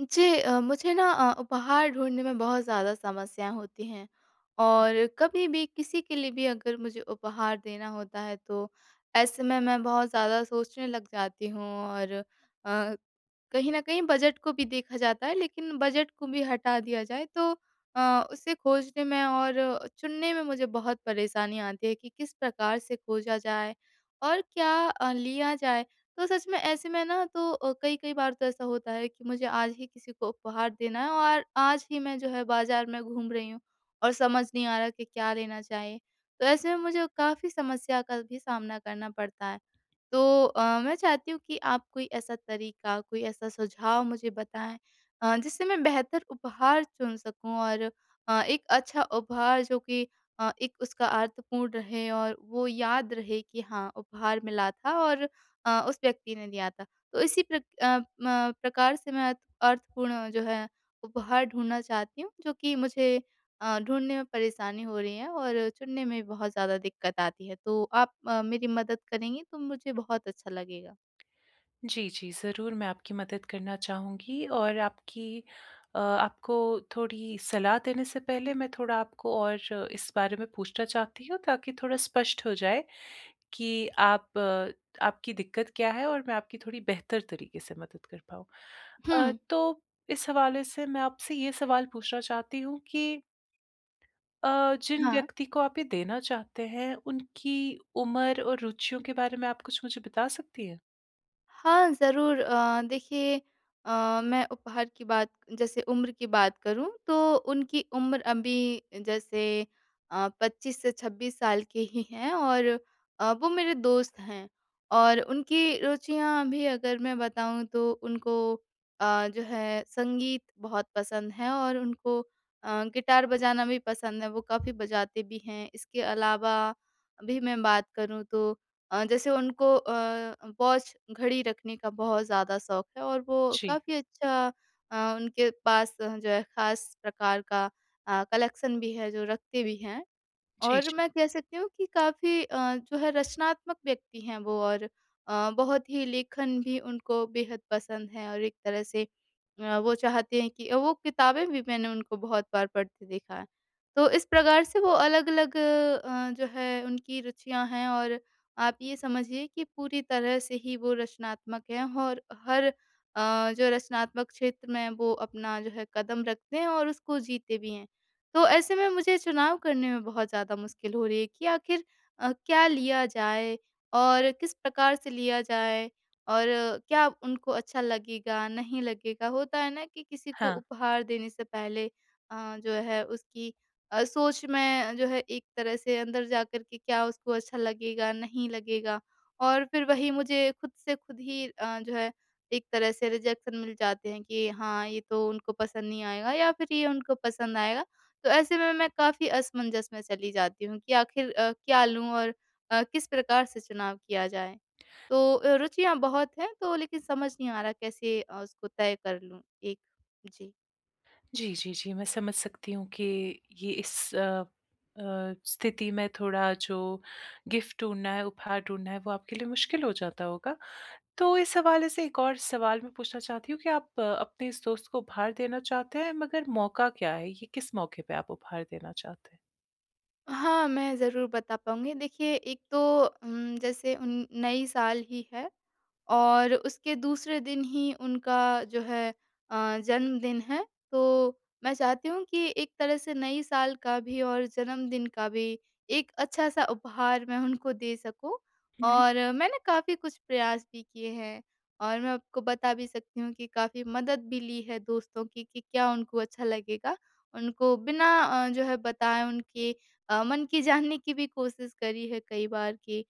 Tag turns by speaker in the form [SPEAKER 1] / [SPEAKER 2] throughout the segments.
[SPEAKER 1] जी मुझे ना उपहार ढूँढने में बहुत ज़्यादा समस्याएँ होती हैं। और कभी भी किसी के लिए भी अगर मुझे उपहार देना होता है तो ऐसे में मैं बहुत ज़्यादा सोचने लग जाती हूँ और कहीं न कहीं बजट को भी देखा जाता है लेकिन बजट को भी हटा दिया जाए तो उसे खोजने में और चुनने में मुझे बहुत परेशानी आती है कि किस प्रकार से खोजा जाए और क्या लिया जाए। तो सच में ऐसे में ना तो कई-कई बार तो ऐसा होता है कि मुझे आज ही किसी को उपहार देना है और आज ही मैं जो है बाज़ार में घूम रही हूँ और समझ नहीं आ रहा कि क्या लेना चाहिए। तो ऐसे में मुझे काफ़ी समस्या का भी सामना करना पड़ता है। तो मैं चाहती हूँ कि आप कोई ऐसा तरीका, कोई ऐसा सुझाव मुझे बताएँ, जिससे मैं बेहतर उपहार चुन सकूँ और एक अच्छा उपहार जो कि एक उसका अर्थपूर्ण रहे और वो याद रहे कि हाँ, उपहार मिला था और उस व्यक्ति ने दिया था। तो इसी प्रक अ, म प्रकार से मैं अर्थपूर्ण जो है उपहार ढूँढना चाहती हूँ, जो कि मुझे ढूँढने में परेशानी हो रही है और चुनने में बहुत ज़्यादा दिक्कत आती है। तो आप मेरी मदद करेंगी तो मुझे बहुत अच्छा लगेगा।
[SPEAKER 2] जी, जी। ज़रूर मैं आपकी मदद करना चाहूँगी और आपकी आपको थोड़ी सलाह देने से पहले मैं थोड़ा आपको और इस बारे में पूछना चाहती हूँ ताकि थोड़ा स्पष्ट हो जाए कि आप आपकी दिक्कत क्या है और मैं आपकी थोड़ी बेहतर तरीके से मदद कर पाऊँ।
[SPEAKER 1] हुँ।
[SPEAKER 2] तो इस हवाले से मैं आपसे ये सवाल पूछना चाहती हूँ कि जिन
[SPEAKER 1] हाँ।
[SPEAKER 2] व्यक्ति को आप ये देना चाहते हैं उनकी उम्र और रुचियों के बारे में आप कुछ मुझे बता सकती हैं?
[SPEAKER 1] हाँ, ज़रूर देखिए, मैं उपहार की बात जैसे उम्र की बात करूँ तो उनकी उम्र अभी जैसे 25 से 26 साल के ही हैं और वो मेरे दोस्त हैं। और उनकी रुचियाँ भी अगर मैं बताऊँ तो उनको जो है संगीत बहुत पसंद है और उनको गिटार बजाना भी पसंद है, वो काफ़ी बजाते भी हैं। इसके अलावा अभी मैं बात करूँ तो जैसे उनको वॉच, घड़ी रखने का बहुत ज़्यादा शौक है और वो
[SPEAKER 2] जी।
[SPEAKER 1] काफ़ी अच्छा, उनके पास जो है ख़ास प्रकार का कलेक्शन भी है जो रखते भी हैं।
[SPEAKER 2] जी,
[SPEAKER 1] और
[SPEAKER 2] जी।
[SPEAKER 1] मैं कह सकती हूँ कि काफ़ी जो है रचनात्मक व्यक्ति हैं वो, और बहुत ही लेखन भी उनको बेहद पसंद है और एक तरह से वो चाहते हैं कि वो किताबें भी, मैंने उनको बहुत बार पढ़ते देखा है। तो इस प्रकार से वो अलग-अलग जो है उनकी रुचियाँ हैं, और आप ये समझिए कि पूरी तरह से ही वो रचनात्मक हैं और हर जो रचनात्मक क्षेत्र में वो अपना जो है कदम रखते हैं और उसको जीते भी हैं। तो ऐसे में मुझे चुनाव करने में बहुत ज़्यादा मुश्किल हो रही है कि आखिर क्या लिया जाए और किस प्रकार से लिया जाए और क्या उनको अच्छा लगेगा, नहीं लगेगा। होता है ना कि किसी को
[SPEAKER 2] हाँ।
[SPEAKER 1] उपहार देने से पहले जो है उसकी सोच में, जो है, एक तरह से अंदर जाकर के, क्या उसको अच्छा लगेगा, नहीं लगेगा। और फिर वही मुझे खुद से खुद ही जो है एक तरह से रिजेक्शन मिल जाते हैं कि हाँ, ये तो उनको पसंद नहीं आएगा या फिर ये उनको पसंद आएगा। तो ऐसे में मैं काफ़ी असमंजस में चली जाती हूँ कि आखिर क्या लूँ और किस प्रकार से चुनाव किया जाए। तो रुचियाँ बहुत हैं तो, लेकिन समझ नहीं आ रहा कैसे उसको तय कर लूँ एक। जी।
[SPEAKER 2] जी, जी, जी, मैं समझ सकती हूँ कि ये स्थिति में थोड़ा जो गिफ्ट ढूँढना है, उपहार ढूँढना है, वो आपके लिए मुश्किल हो जाता होगा। तो इस हवाले से एक और सवाल मैं पूछना चाहती हूँ कि आप अपने इस दोस्त को उपहार देना चाहते हैं, मगर मौका क्या है? ये किस मौके पे आप उपहार देना चाहते हैं?
[SPEAKER 1] हाँ, मैं ज़रूर बता पाऊँगी। देखिए, एक तो जैसे उन नई साल ही है, और उसके दूसरे दिन ही उनका जो है जन्मदिन है। तो मैं चाहती हूँ कि एक तरह से नई साल का भी और जन्मदिन का भी एक अच्छा-सा उपहार मैं उनको दे सकूँ।
[SPEAKER 2] हुँ।
[SPEAKER 1] और मैंने काफ़ी कुछ प्रयास भी किए हैं, और मैं आपको बता भी सकती हूँ कि काफ़ी मदद भी ली है दोस्तों की कि क्या उनको अच्छा लगेगा। उनको बिना जो है बताए, उनके मन की जानने की भी कोशिश करी है कई बार कि अ,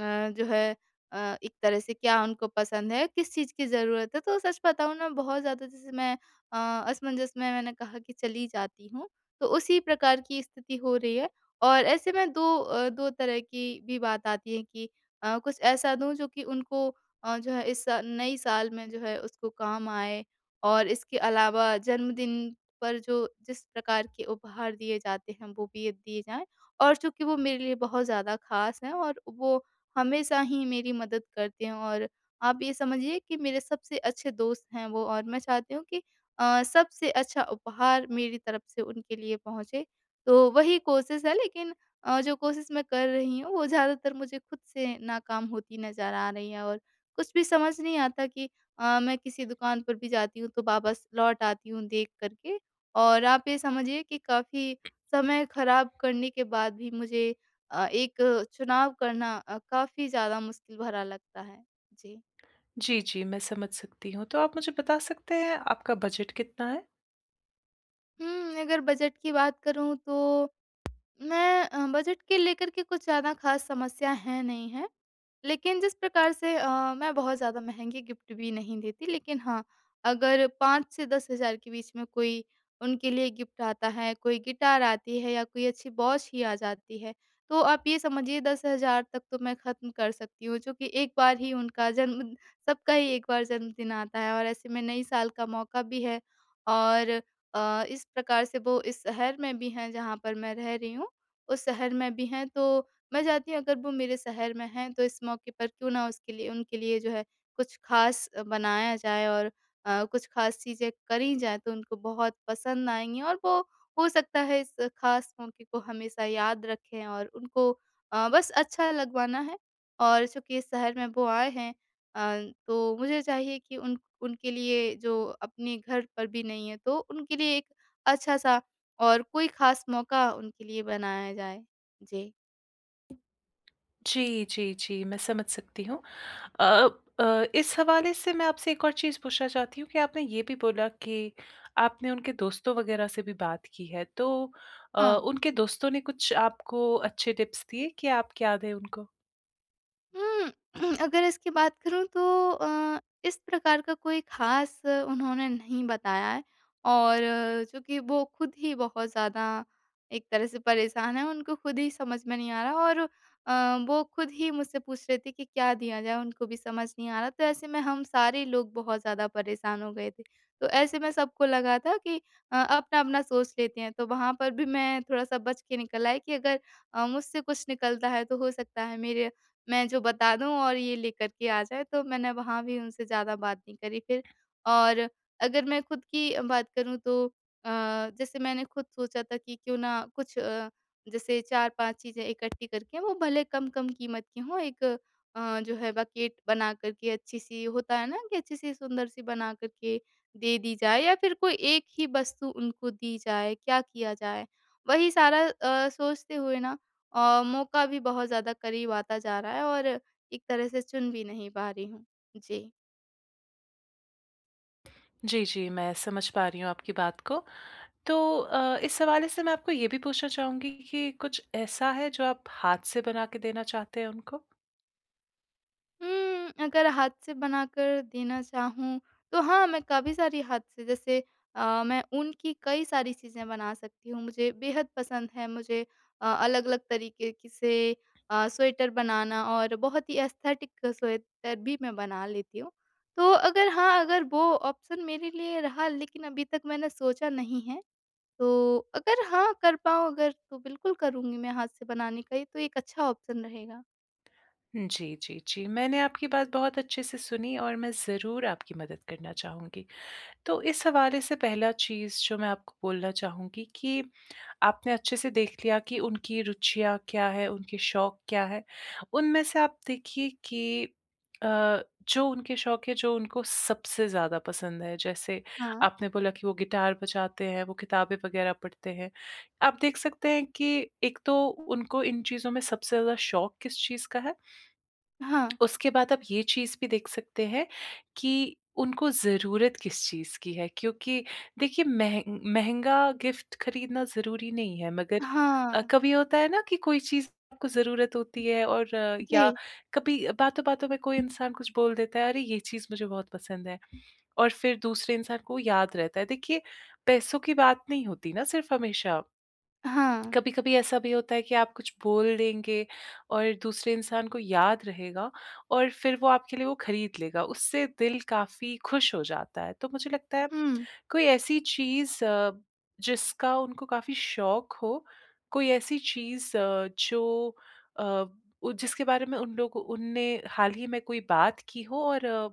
[SPEAKER 1] जो है एक तरह से क्या उनको पसंद है, किस चीज़ की ज़रूरत है। तो सच बताऊँ ना, बहुत ज़्यादा जैसे मैं अ, असमंजस में, मैंने कहा कि चली जाती हूँ, तो उसी प्रकार की स्थिति हो रही है। और ऐसे में 2 तरह की भी बात आती है कि कुछ ऐसा दूँ जो कि उनको जो है इस सा नई साल में जो है उसको काम आए, और इसके अलावा जन्मदिन पर जो जिस प्रकार के उपहार दिए जाते हैं वो भी दिए जाएँ। और चूँकि वो मेरे लिए बहुत ज़्यादा ख़ास हैं और वो हमेशा ही मेरी मदद करते हैं, और आप ये समझिए कि मेरे सबसे अच्छे दोस्त हैं वो, और मैं चाहती हूँ कि सबसे अच्छा उपहार मेरी तरफ से उनके लिए पहुँचे। तो वही कोशिश है, लेकिन जो कोशिश मैं कर रही हूँ वो ज़्यादातर मुझे खुद से नाकाम होती नज़र आ रही है, और कुछ भी समझ नहीं आता कि मैं किसी दुकान पर भी जाती हूँ तो वापस लौट आती हूँ देख कर के, और आप ये समझिए कि काफ़ी समय खराब करने के बाद भी मुझे एक चुनाव करना काफ़ी ज़्यादा मुश्किल भरा लगता है। जी।
[SPEAKER 2] जी, जी, मैं समझ सकती हूँ। तो आप मुझे बता सकते हैं आपका बजट कितना है?
[SPEAKER 1] हुँ, अगर बजट की बात करूँ तो मैं बजट के लेकर के कुछ ज़्यादा ख़ास समस्या है नहीं है। लेकिन जिस प्रकार से मैं बहुत ज़्यादा महँगे गिफ्ट भी नहीं देती, लेकिन हाँ, अगर 5 से 10,000 के बीच में कोई उनके लिए गिफ्ट आता है, कोई गिटार आती है, या कोई अच्छी वॉच ही आ जाती है, तो आप ये समझिए 10,000 तक तो मैं ख़त्म कर सकती हूँ, जो कि एक बार ही उनका जन्म सबका ही एक बार जन्मदिन आता है, और ऐसे में नई साल का मौका भी है और इस प्रकार से वो इस शहर में भी हैं जहाँ पर मैं रह रही हूँ। उस शहर में भी हैं, तो मैं चाहती हूँ अगर वो मेरे शहर में हैं तो इस मौके पर क्यों ना उसके लिए उनके लिए जो है कुछ ख़ास बनाया जाए, और कुछ ख़ास चीज़ें करी जाएँ तो उनको बहुत पसंद आएँगी, और वो हो सकता है इस ख़ास मौके को हमेशा याद रखें और उनको बस अच्छा लगवाना है। और चूँकि इस शहर में वो आए हैं तो मुझे चाहिए कि उन उनके लिए, जो अपने घर पर भी नहीं है, तो उनके लिए एक अच्छा-सा और कोई ख़ास मौका उनके लिए बनाया जाए। जी।
[SPEAKER 2] जी, जी, जी, मैं समझ सकती हूँ। अ अ, इस हवाले से मैं आपसे एक और चीज़ पूछना चाहती हूँ कि आपने ये भी बोला कि आपने उनके दोस्तों वगैरह से भी बात की है, तो
[SPEAKER 1] हाँ।
[SPEAKER 2] उनके दोस्तों ने कुछ आपको अच्छे टिप्स दिए कि आप क्या दें उनको?
[SPEAKER 1] हुँ, अगर इसकी बात करूँ तो अ, इस प्रकार का कोई ख़ास उन्होंने नहीं बताया है, और चूँकि वो खुद ही बहुत ज़्यादा एक तरह से परेशान हैं, उनको खुद ही समझ में नहीं आ रहा, और वो खुद ही मुझसे पूछ रहे थे कि क्या दिया जाए, उनको भी समझ नहीं आ रहा। तो ऐसे में हम सारे लोग बहुत ज़्यादा परेशान हो गए थे। तो ऐसे में सबको लगा था कि अपना-अपना सोच लेते हैं, तो वहाँ पर भी मैं थोड़ा-सा बच के निकल आई कि अगर मुझसे कुछ निकलता है तो हो सकता है मेरे मैं जो बता दूँ और ये लेकर के आ जाए, तो मैंने वहाँ भी उनसे ज़्यादा बात नहीं करी फिर। और अगर मैं खुद की बात करूँ तो अ, जैसे मैंने खुद सोचा था कि क्यों ना कुछ, जैसे 4-5 चीज़ें इकट्ठी करके, वो भले कम-कम कीमत की हों, एक जो है बकेट बना कर के अच्छी-सी, होता है ना कि अच्छी-सी सुंदर-सी बना कर के दे दी जाए, या फिर कोई एक ही वस्तु उनको दी जाए, क्या किया जाए? वही सारा सोचते हुए ना, मौका भी बहुत ज़्यादा करीब आता जा रहा है और एक तरह से चुन भी नहीं पा रही हूँ। जी।
[SPEAKER 2] जी, जी, मैं समझ पा रही हूँ आपकी बात को। तो इस हवाले से मैं आपको ये भी पूछना चाहूँगी कि कुछ ऐसा है जो आप हाथ से बना के देना चाहते हैं उनको?
[SPEAKER 1] अगर हाथ से बनाकर देना चाहूँ, तो हाँ, मैं काफ़ी सारी हाथ से, जैसे मैं ऊन की कई सारी चीज़ें बना सकती हूँ, मुझे बेहद पसंद है। मुझे अलग-अलग तरीके की से स्वेटर बनाना, और बहुत ही एस्थेटिक स्वेटर भी मैं बना लेती हूँ। तो अगर हाँ, अगर वो ऑप्शन मेरे लिए रहा, लेकिन अभी तक मैंने सोचा नहीं है। तो अगर हाँ, कर पाऊँ अगर तो बिल्कुल करूँगी मैं हाथ से बनाने का, ये तो एक अच्छा ऑप्शन रहेगा।
[SPEAKER 2] जी, जी, जी, मैंने आपकी बात बहुत अच्छे से सुनी और मैं ज़रूर आपकी मदद करना चाहूँगी। तो इस हवाले से पहला चीज़ जो मैं आपको बोलना चाहूँगी कि आपने अच्छे से देख लिया कि उनकी रुचियाँ क्या हैं, उनके शौक क्या हैं। उनमें से आप देखिए कि अ, जो उनके शौक है, जो उनको सबसे ज़्यादा पसंद है, जैसे
[SPEAKER 1] हाँ।
[SPEAKER 2] आपने बोला कि वो गिटार बजाते हैं, वो किताबें वग़ैरह पढ़ते हैं। आप देख सकते हैं कि एक तो उनको इन चीज़ों में सबसे ज़्यादा शौक किस चीज़ का है।
[SPEAKER 1] हाँ।
[SPEAKER 2] उसके बाद आप ये चीज़ भी देख सकते हैं कि उनको ज़रूरत किस चीज़ की है क्योंकि देखिए महं महँगा गिफ्ट खरीदना ज़रूरी नहीं है मगर
[SPEAKER 1] हाँ।
[SPEAKER 2] कभी होता है ना कि कोई चीज़ आपको ज़रूरत होती है और या
[SPEAKER 1] जी।
[SPEAKER 2] कभी बातों-बातों में कोई इंसान कुछ बोल देता है, "अरे! ये चीज़ मुझे बहुत पसंद है" और फिर दूसरे इंसान को याद रहता है। देखिए पैसों की बात नहीं होती ना सिर्फ़ हमेशा।
[SPEAKER 1] हाँ।
[SPEAKER 2] कभी कभी ऐसा भी होता है कि आप कुछ बोल देंगे और दूसरे इंसान को याद रहेगा और फिर वो आपके लिए वो खरीद लेगा उससे दिल काफी खुश हो जाता है तो मुझे लगता है
[SPEAKER 1] हुँ।
[SPEAKER 2] कोई ऐसी चीज अ, जिसका उनको काफी शौक हो, कोई ऐसी चीज अ, जो अ, जिसके बारे में उन लोग उनने हाल ही में कोई बात की हो और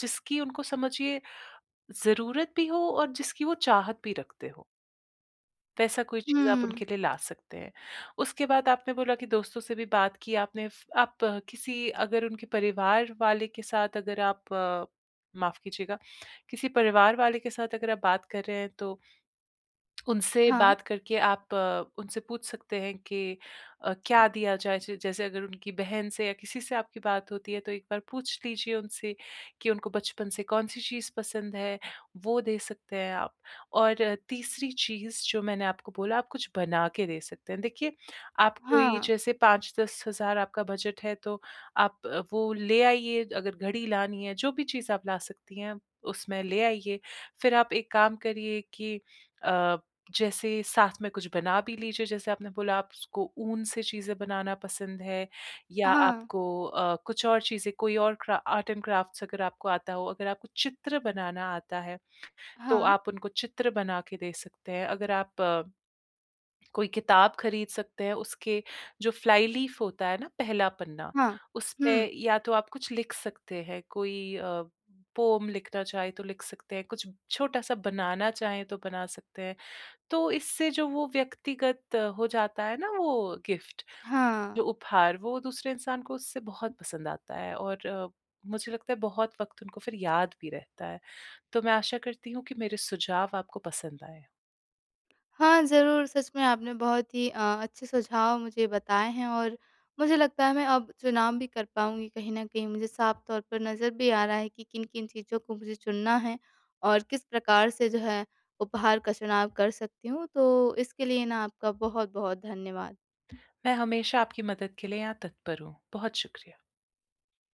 [SPEAKER 2] जिसकी उनको समझिए जरूरत भी हो और जिसकी वो चाहत भी रखते हो, वैसा कोई चीज़ आप उनके
[SPEAKER 1] हुँ।
[SPEAKER 2] लिए ला सकते हैं। उसके बाद आपने बोला कि दोस्तों से भी बात की आपने फ आप अ, किसी अगर उनके परिवार वाले के साथ अगर आप माफ़ कीजिएगा, किसी परिवार वाले के साथ अगर आप बात कर रहे हैं तो उनसे
[SPEAKER 1] हाँ।
[SPEAKER 2] बात करके आप उनसे पूछ सकते हैं कि क्या दिया जाए? ज जैसे अगर उनकी बहन से या किसी से आपकी बात होती है, तो एक बार पूछ लीजिए उनसे कि उनको बचपन से कौन-सी चीज़ पसंद है, वो दे सकते हैं आप। और तीसरी चीज़ जो मैंने आपको बोला, आप कुछ बना के दे सकते हैं। देखिए, आप कोई
[SPEAKER 1] हाँ।
[SPEAKER 2] जैसे 5-10 हज़ार आपका बजट है, तो आप वो ले आइए। अगर घड़ी लानी है, जो भी चीज़ आप ला सकती हैं, उसमें ले आइए। फिर आप एक काम करिए कि अ जैसे साथ में कुछ बना भी लीजिए, जैसे आपने बोला आपको ऊन से चीज़ें बनाना पसंद है या
[SPEAKER 1] हाँ।
[SPEAKER 2] आपको कुछ और चीज़ें कोई और क्रा आर्ट एंड क्राफ्ट्स अगर आपको आता हो, अगर आपको चित्र बनाना आता है, तो
[SPEAKER 1] हाँ।
[SPEAKER 2] आप उनको चित्र बना के दे सकते हैं। अगर आप कोई किताब खरीद सकते हैं, उसके जो फ्लाई लीफ होता है ना पहला पन्ना,
[SPEAKER 1] हाँ।
[SPEAKER 2] उसपे
[SPEAKER 1] हुँ।
[SPEAKER 2] या तो आप कुछ लिख सकते हैं, कोई पोएम लिखना चाहें तो लिख सकते हैं, कुछ छोटा-सा बनाना चाहें तो बना सकते हैं। तो इससे जो वो व्यक्तिगत हो जाता है ना वो गिफ्ट, जो
[SPEAKER 1] हाँ।
[SPEAKER 2] उपहार वो दूसरे इंसान को उससे बहुत पसंद आता है और मुझे लगता है बहुत वक़्त उनको फिर याद भी रहता है। तो मैं आशा करती हूँ कि मेरे सुझाव आपको पसंद आएँ।
[SPEAKER 1] हाँ, ज़रूर। सच में आपने बहुत ही अच्छे सुझाव मुझे बताए हैं, और मुझे लगता है मैं अब चुनाव भी कर पाऊँगी कहीं न कहीं। मुझे साफ तौर पर नज़र भी आ रहा है कि किन-किन चीज़ों को मुझे चुनना है और किस प्रकार से जो है उपहार का चुनाव कर सकती हूँ। तो इसके लिए ना, आपका बहुत-बहुत धन्यवाद।
[SPEAKER 2] मैं हमेशा आपकी मदद के लिए यहाँ तत्पर हूँ। बहुत शुक्रिया।